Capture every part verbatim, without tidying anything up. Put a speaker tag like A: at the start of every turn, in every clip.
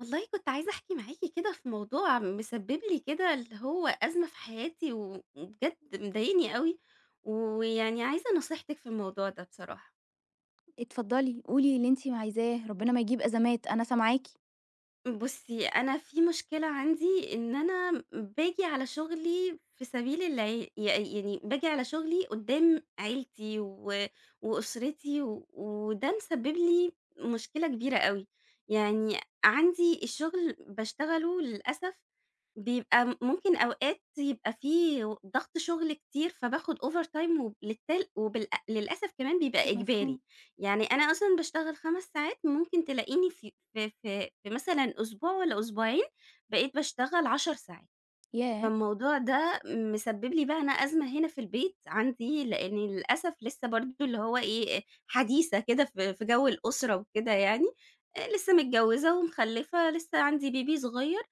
A: والله كنت عايزة أحكي معاكِ كده في موضوع مسبب لي كده اللي هو أزمة في حياتي و وبجد مضايقني أوي، ويعني عايزة نصيحتِك في الموضوع ده بصراحة.
B: اتفضلي، قولي اللي أنتِ عايزاه، ربنا ما يجيب أزمات، أنا سامعاكِ.
A: بُصّي، أنا في مشكلة عندي إن أنا باجي على شغلي في سبيل الع ي يعني باجي على شغلي قدّام عيلتي و وأسرتي و وده مسبب لي مشكلة كبيرة أوي، يعني عندي الشغل باشتغله للأسف بيبقى م ممكن أوقات يبقى في و ضغط شغل كتير فباخد overtime وبالتال وبالأ للأسف كمان بيبقى
B: مفهوم.
A: إجباري. يعني أنا أصلًا باشتغل 5 ساعات، ممكن تلاقيني في في في في مثلًا أسبوع والّا أسبوعين بقيت باشتغل 10 ساعات،
B: ياه!
A: فالموضوع ده مسبب لي بقى أنا أزمة هنا في البيت عندي، لإني للأسف لسه برضه اللي هو إيه، حديثة كده في في جو الأسرة وكده يعني، آآ لسه متجوزة ومخلفة، لسه عندي بيبي صغير.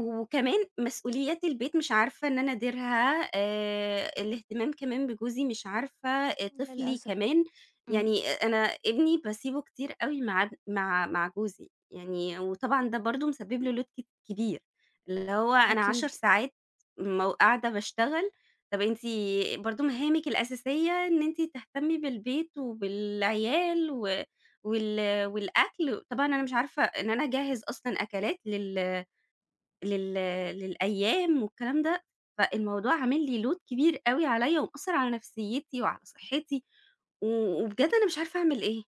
A: وكمان مسؤوليات البيت مش عارفة إن أنا أديرها، آآ الاهتمام كمان بجوزي مش عارفة، آآ طفلي
B: للأسف.
A: كمان،
B: إمم.
A: يعني أ أنا ابني باسيبه كتير أوي مع ابن مع مع جوزي، يعني وطبعًا ده برضه مسبب له load ك كبير، اللي هو أنا 10
B: أكيد.
A: ساعات مو قاعدة باشتغل، طَب أنتِ برضه مهامِك الأساسية إن أنتِ تهتمي بالبيت وبالعيال و وال والأكل، طبعًا أنا مش عارفة إن أنا أجهّز أصلًا أكلات لل لل للأيام والكلام ده، فالموضوع عامل لي load كبير أوي عليّا ومأثّر على نفسيّتي وعلى صحّتي، و وبجد أنا مش عارفة أعمل إيه.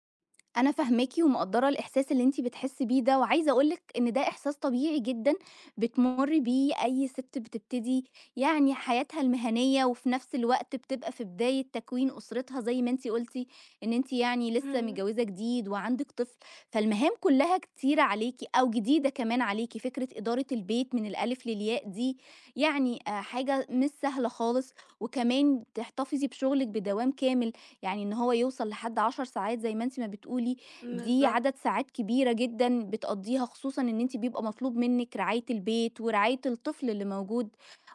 B: أنا فاهماكِ ومقدّرة الإحساس اللي أنتِ بتحسّي بيه ده، وعايزة أقول لِك إن ده إحساس طبيعي جدًا بتمُرّي بيه أي سِت بتبتدي يعني حياتها المهنية، وفي نفس الوقت بتبقى في بداية تكوين أسرتها زي ما أنتِ قُلتِ إن أنتِ يعني لسه
A: إمم،
B: متجوّزة جديد وعندِك طفل، فالمهام كُلّها كتيرة عليكِ أو جديدة كمان عليكِ. فكرة إدارة البيت من الألِف للياء دي يعني آآ حاجة مش سهلة خالص، وكمان تحتفظي بشُغلِك بدوام كامل يعني إن هو يوصل لحد 10 ساعات زي ما أنتِ ما بتقولي، دي
A: بالضبط،
B: عدد ساعات كبيرة جدًا بتقضّيها، خصوصًا إن أنتِ بيبقى مطلوب منِّك رعاية البيت ورعاية الطفل اللي موجود،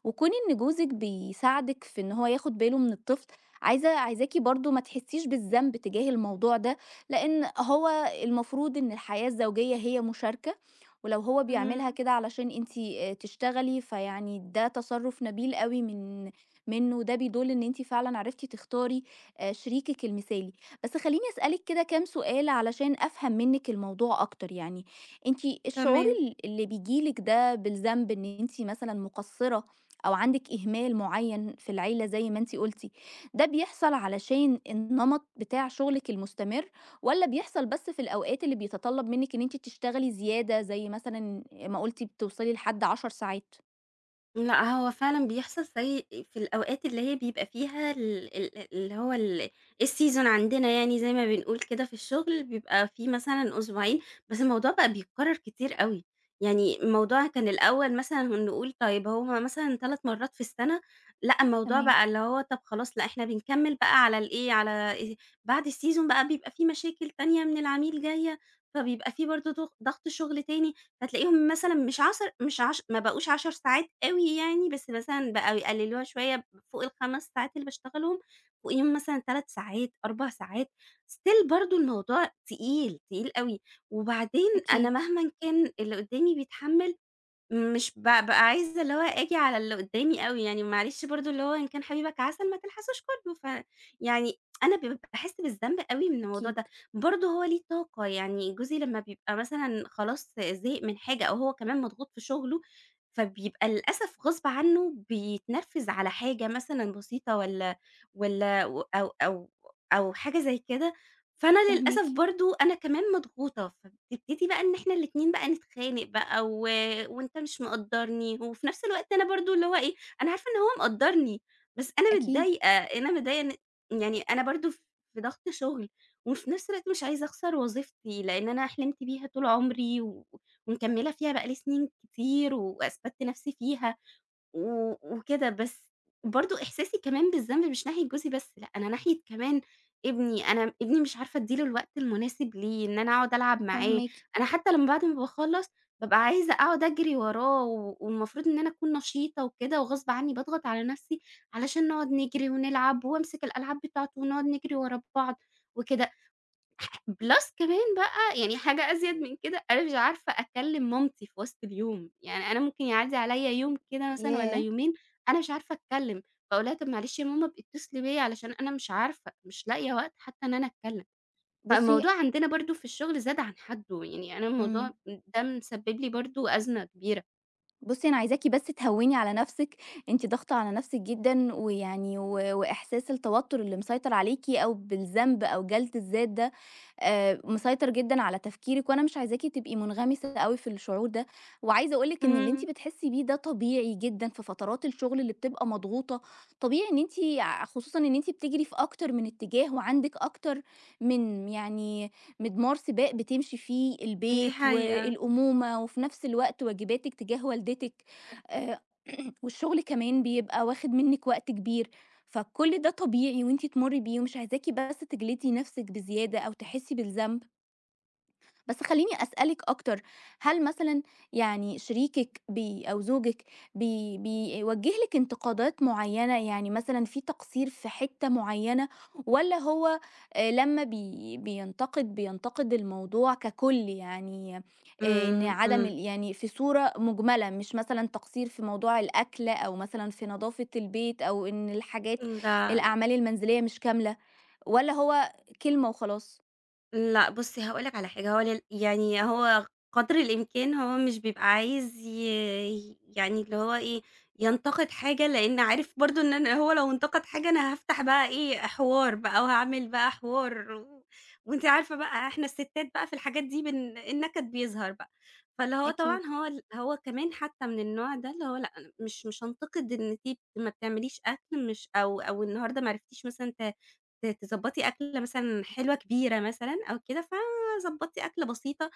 B: وكون إن جوزِك بيساعدِك في إن هو ياخد باله من الطفل، عايزة عايزاكِ برضه ما تحسّيش بالذنب تجاه الموضوع ده، لإن هو المفروض إن الحياة الزوجية هي مشاركة، ولو هو بيعملها
A: اهم،
B: كده علشان أنتِ آآ تشتغلي، فيعني ده تصرُّف نبيل أوي من منّه، وده بيدُل إن أنتِ فعلًا عرفتِ تختاري آآ شريكِك المثالي. بس خلّيني أسألِك كده كام سؤال علشان أفهم منِّك الموضوع أكتر يعني. أنتِ الشعور
A: تمام.
B: ال اللي بييجي لِك ده بالذنب إن أنتِ مثلًا مقصّرة أو عندِك إهمال معيّن في العيلة زي ما أنتِ قُلتِ، ده بيحصل علشان النمط بتاع شغلِك المستمر والّا بيحصل بس في الأوقات اللي بيتطلّب منِّك إن أنتِ تشتغلي زيادة زي مثلًا ما قُلتِ بتوصلي لحد 10 ساعات؟
A: لأ، هو فعلًا بيحصل زي في الأوقات اللي هي بيبقى فيها ال ال اللي هو ال الseason عندنا يعني زي ما بنقول كده في الشغل، بيبقى في مثلًا أسبوعين، بس الموضوع بقى بيتكرر كتير أوي، يعني الموضوع كان الأول مثلًا نقول طيب هُم مثلًا 3 مرات في السنة، لأ الموضوع
B: تمام.
A: بقى اللي هو طب خلاص لأ إحنا بنكمّل بقى على الإيه، على آآ بعد الseason بقى بيبقى في مشاكل تانية من العميل جاية، فبيبقى في برضه ضغ ضغط شغل تاني، هتلاقيهم مثلًا مش عَصَر مش عش ما بقوش 10 ساعات أوي يعني، بس مثلًا بقوا يقللوها شوية فوق الخمس ساعات اللي باشتغلهم، فوقيهم مثلًا 3 ساعات، 4 ساعات، still برضه الموضوع تقيل، تقيل أوي. وبعدين
B: أكيد،
A: أنا مهمًا كان اللي قدّامي بيتحمّل مش ب بابقى عايزة اللي هو آجي على اللي قدّامي أوي، يعني معلش برضه اللي هو إن كان حبيبك عسل ما تلحسوش كُلّه، ف يعني أنا ب باحس بالذنب أوي من الموضوع
B: أكيد.
A: ده، برضه هو ليه طاقة، يعني جوزي لمّا بيبقى مثلًا خلاص زهق من حاجة أو هو كمان مضغوط في شغله، فبيبقى للأسف غصب عنّه بيتنرفز على حاجة مثلًا بسيطة والّا والّا و أو أو أو حاجة زي كده. فأنا
B: فاهماكِ،
A: للأسف برضه أنا كمان مضغوطة، فبتبتدي بقى إن إحنا الاتنين بقى نتخانق بقى و وأنت مش مقدّرني، وفي نفس الوقت أنا برضه اللي هو إيه، أنا عارفة إن هو مقدّرني، بس أنا
B: أكيد،
A: متضايقة، أنا متضايقة إن يعني أنا برضه ف في ضغط شغل، وفي نفس الوقت مش عايزة أخسر وظيفتي، لإن أنا حلمت بيها طول عمري و ومكمّلة فيها بقى لي سنين كتير وأثبتت نفسي فيها. و وكده، بس برضه إحساسي كمان بالذنب مش ناحية جوزي بس، لأ، أنا ناحية كمان ابني، أنا ابني مش عارفة أدّي له الوقت المناسب ليه، إن أنا أقعد ألعب معاه،
B: فاهماكِ.
A: أنا حتى لمّا بعد ما باخلّص بابقى عايزة أقعد أجري وراه، و والمفروض إن أنا أكون نشيطة وكده، وغصب عني باضغط على نَفْسي علشان نقعد نجري ونلعب وأمسك الألعاب بتاعته ونقعد نجري ورا بعض وكده. بلس كمان بقى يعني حاجة أزيد من كده، أنا مش عارفة أكلّم مامتي في وسط اليوم، يعني أنا ممكن يعدّي عليَّ يوم كده مثلًا والّا
B: ياه!
A: يومين أنا مش عارفة أتكلّم، فاقول لها: "طَب معلش يا ماما ابقي اتصلي بيّا علشان أنا مش عارفة، مش لاقية وقت حتى إن أنا أتكلّم."
B: بُصّي.
A: فالموضوع عندنا برضه في الشغل زاد عن حدّه، يعني أنا
B: إمم.
A: الموضوع ده مسبب لي برضه أزمة كبيرة.
B: بُصّي، أنا عايزاكِ بس تهوّني على نَفْسِك، أنتِ ضاغطة على نَفْسِك جدًا ويعني و وإحساس التوتُّر اللي مسيطر عليكِ أو بالذنب أو جَلْد الذات ده آآ مسيطر جدًا على تفكيرِك وأنا مش عايزاكِ تبقي منغمسة أوي في الشعور ده، وعايزة أقول لِك إن اللي أنتِ
A: إمم،
B: بتحسّي بيه ده طبيعي جدًا في فترات الشغل اللي بتبقى مضغوطة، طبيعي إن أنتِ ع خصوصًا إن أنتِ بتجري في أكتر من اتجاه وعندِك أكتر من يعني مضمار سباق بتمشي فيه
A: دي
B: البيت
A: حقيقة.
B: والأمومة وفي نفس الوقت واجباتِك تجاه والدتِك، آآ والشغل كمان بيبقى واخد منِّك وقت كبير، فكل ده طبيعي وأنتِ تمُرّي بيه ومش عايزاكِ بس تجلدي نفسِك بزيادة أو تحسّي بالذنب. بس خلّيني أسألِك أكتر، هل مثلًا يعني شريكِك بي أو زوجِك بي بيوجّه لِك انتقادات معيّنة، يعني مثلًا في تقصير في حتّة معيّنة والّا هو آآ لمّا بي بينتقد، بينتقد الموضوع ككُل يعني آآ إن
A: إمم،
B: عدم
A: إمم.
B: ال يعني في صورة مُجملة، مش مثلًا تقصير في موضوع الأكل أو مثلًا في نضافة البيت أو إن الحاجات
A: لا، لا.
B: الأعمال المنزلية مش كاملة والّا هو كلمة وخلاص؟
A: لأ بُصّي هاقول لك على حاجة، هو لل يعني هو قدر الإمكان هو مش بيبقى عايز ي يعني اللي هو إيه، ينتقد حاجة، لإن عارف برضه إن أنا هو لو انتقد حاجة أنا هافتح بقى إيه، حوار بقى وهاعمل بقى حوار و وأنتِ عارفة بقى إحنا الستات بقى في الحاجات دي بن النكد بيظهر بقى، فاللي هو طبعًا
B: أكيد.
A: هو ال هو كمان حتى من النوع ده اللي هو لأ، أنا مش مش هانتقد إن أنتِ ما بتعمليش أكل مش أو أو النهارده ما عرفتيش مثلًا ت ت تضبّطي أكلة مثلًا حلوة كبيرة مثلًا أو كده، فضبّطي أكلة بسيطة.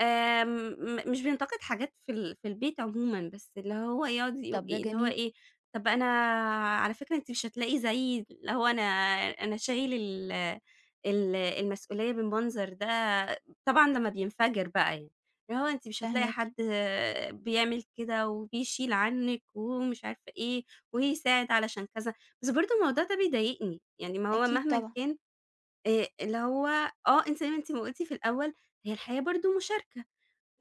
A: آمم، مش بينتقد حاجات في ال في البيت عمومًا، بس اللي هو يقعد يقو
B: طب ده
A: إيه اللي هو
B: جميل.
A: إيه، طَب أنا على فكرة أنتِ مش هتلاقي زيي، اللي هو أنا أنا شايل ال ال المسؤولية بالمنظر ده، طبعًا لمّا بينفجر بقى يعني، اللي هو أنتِ مش هتلاقي
B: فاهماكِ،
A: حد بيعمل كده وبيشيل عنِّك ومش عارفة إيه، ويساعد علشان كذا، بس برضه الموضوع ده بيضايقني، يعني ما هو
B: أكيد
A: مهمًا
B: طبعًا.
A: كان آآ، اللي هو آه، أنتِ زي ما أنتِ ما قُلتِ في الأول، هي الحياة برضه مشاركة.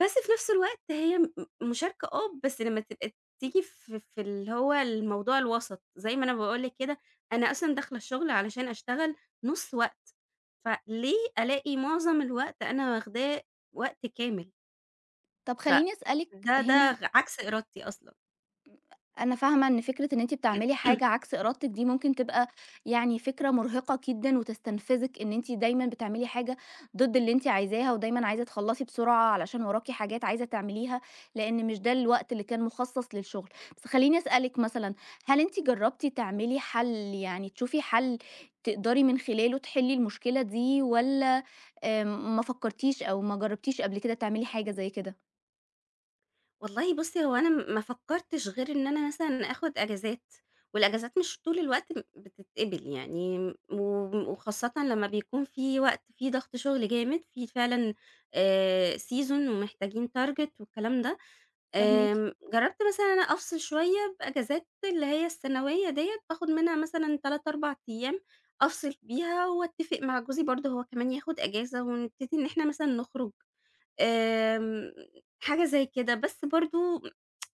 A: بس في نفس الوقت هي م مشاركة آه، بس لمّا تبقى تيجي في في اللي هو الموضوع الوسط، زي ما أنا باقول لِك كده، أنا أصلًا داخلة الشغل علشان أشتغل نُص وقت، فليه ألاقي معظم الوقت أنا واخداه وقت كامل؟
B: طَب خلّيني أسألِك
A: فده ده
B: هنا،
A: غ عكس إرادتي أصلًا.
B: أنا فاهمة إن فكرة إن أنتِ بتعملي حاجة عكس إرادتِك دي ممكن تبقى يعني فكرة مرهقة جدًا وتستنفذِك، إن أنتِ دايمًا بتعملي حاجة ضد اللي أنتِ عايزاها ودايمًا عايزة تخلّصي بسرعة علشان وراكِ حاجات عايزة تعمليها، لإن مش ده الوقت اللي كان مخصص للشغل. بس خلّيني أسألِك مثلًا، هل أنتِ جرّبتِ تعملي حَل، يعني تشوفي حَل تقدري من خلاله تحلّي المشكلة دي والّا آآ ما فكّرتيش أو ما جرّبتيش قبل كده تعملي حاجة زي كده؟
A: والله بُصّي، هو أنا م ما فكّرتش غير إن أنا مثلًا آخُد أجازات، والأجازات مش طول الوقت م بتتقبل يعني م و وخاصةً لمّا بيكون في وقت فيه ضغط شُغل جامد، في فعلًا آآ season ومحتاجين target والكلام ده،
B: فاهماكِ،
A: آمم جرّبت مثلًا إن أنا أفصل شوية بأجازات اللي هي السنوية ديّة، باخُد منها مثلًا ثلاثة، أربعة أيام أيام أفصل بيها وأتّفق مع جوزي برضه هو كمان ياخُد أجازة ونبتدي إن إحنا مثلًا نخرُج، آمم حاجة زي كده، بس برضه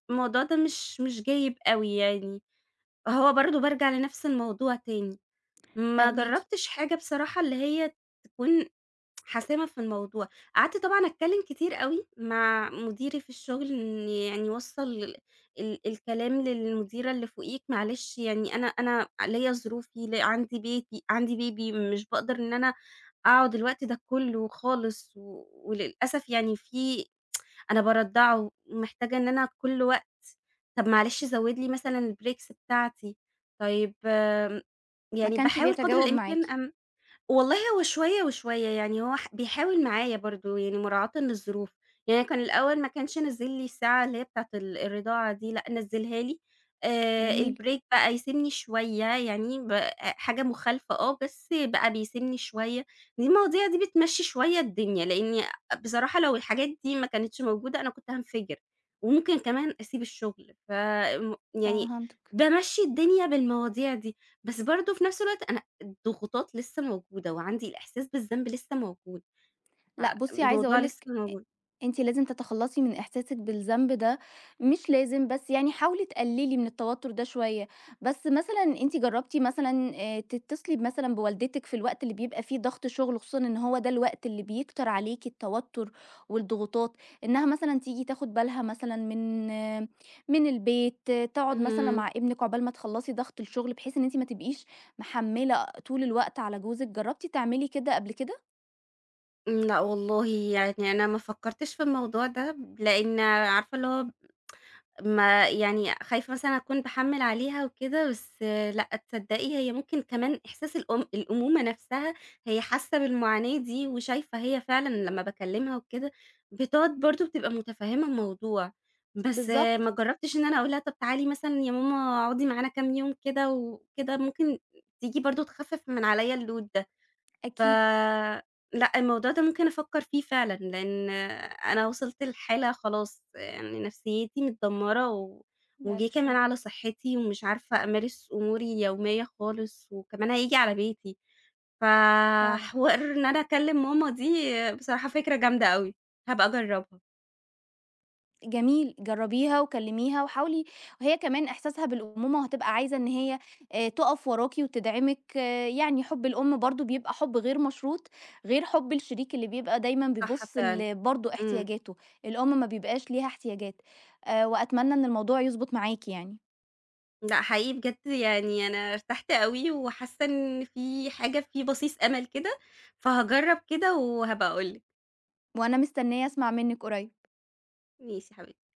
A: الموضوع ده مش مش جايب أوي يعني، هو برضه بارجع لنفس الموضوع تاني، ما
B: فاهماكِ،
A: جرّبتش حاجة بصراحة اللي هي تكون حاسمة في الموضوع، قعدت طبعًا أتكلّم كتير أوي مع مديري في الشغل إن يعني وصّل ال ال- الكلام للمديرة اللي فوقيك معلش يعني أنا أنا ليّا ظروفي، ل عندي بيتي، عندي بيبي، مش باقدر إن أنا أقعد الوقت ده كلّه خالص، و وللأسف يعني في أنا بارضّعه، محتاجة إن أنا كل وقت. طَب معلش زوّد لي مثلًا الbreaks بتاعتي، طيب آمم،
B: ما
A: يعني
B: كانش
A: باحاول قدر
B: بيتجاوب معاكِ،
A: الإمكان أم والله هو شوية، وشوية، يعني هو ح بيحاول معايا برضه، يعني مراعاةً للظروف، يعني كان الأول ما كانش نزّل لي الساعة اللي هي بتاعة ال الرضاعة دي، لأ نزّلها لي، آآ
B: جميل،
A: الbreak بقى يسيبني شوية، يعني ب حاجة مخالفة آه، بس بقى بيسيبني شوية، دي المواضيع دي بتمشّي شوية الدنيا، لإني بصراحة لو الحاجات دي ما كانتش موجودة أنا كنت هانفجر، وممكن كمان أسيب الشغل، ف م يعني
B: فهمتِك.
A: بامشّي الدنيا بالمواضيع دي، بس برضه في نفس الوقت أنا الضغوطات لسه موجودة، وعندي الإحساس بالذنب لسه موجود،
B: لأ بُصّي، عايزة
A: الموضوع
B: أقول
A: لسه
B: لِك أ
A: موجود.
B: أنتِ لازم تتخلّصي من إحساسِك بالذنب ده، مش لازم بس يعني حاولي تقلّلي من التوتُّر ده شوية، بس مثلًا أنتِ جرّبتِ مثلًا آآ تتصلي مثلًا بوالدتِك في الوقت اللي بيبقى فيه ضغط شُغل، خصوصًا إن هو ده الوقت اللي بيكتر عليكِ التوتُّر والضغوطات، إنها مثلًا تيجي تاخُد بالها مثلًا من آه، من البيت، آه، تقعُد مثلًا
A: اهم،
B: مع ابنِك عقبال ما تخلّصي ضغط الشُغل، بحيث إن أنتِ ما تبقيش محمّلة طول الوقت على جوزِك، جرّبتِ تعملي كده قبل كده؟
A: لأ والله يعني أنا ما فكّرتش في الموضوع ده، لإن عارفة اللي هو ما يعني خايفة مثلًا أكون باحمّل عليها وكده، بس لأ، تصدقي هي ممكن كمان إحساس الأم الأمومة نفسها هي حاسة بالمعاناة دي، وشايفة هي فعلًا لمّا باكلمها وكده بتقعد برضه بتبقى متفهمة الموضوع، بس ما
B: بالضبط.
A: جربتش إن أنا أقول لها طب تعالي مثلًا يا ماما اقعدي معانا كام يوم كده وكده، ممكن تيجي برضه تخفف من عليَّ اللود ده. ف
B: أكيد،
A: لأ، الموضوع ده ممكن أفكّر فيه فعلًا، لإن أنا وصلت لحالة خلاص يعني نفسيّتي متدمّرة و
B: بعد
A: وجِه كمان
B: الشر.
A: على صحّتي ومش عارفة أمارس أموري اليومية خالص وكمان هييجي على بيتي،
B: فعلًا،
A: فحوار إن أنا أكلّم ماما دي بصراحة فكرة جامدة أوي، هابقى أجرّبها،
B: جميل، جرّبيها وكلّميها وحاولي، وهي كمان إحساسها بالأمومة وهتبقى عايزة إن هي آآ تُقف وراكِ وتدعمِك، آه، يعني حُب الأم برضه بيبقى حُب غير مشروط، غير حُب الشريك اللي بيبقى دايمًا
A: صح
B: بيبُص
A: فعلًا،
B: ل برضه
A: إمم،
B: احتياجاته، الأم ما بيبقاش ليها احتياجات، آآ وأتمنى إن الموضوع يضبط معاكِ يعني،
A: لأ حقيقي بجد يعني أنا ارتحت أوي وحاسّة إن في حاجة في بَصيص أمل كده، فهاجرّب كده وهابقى أقول لِك،
B: وأنا مستنية أسمع منِّك قريب.
A: ماشي يا حبيبتي.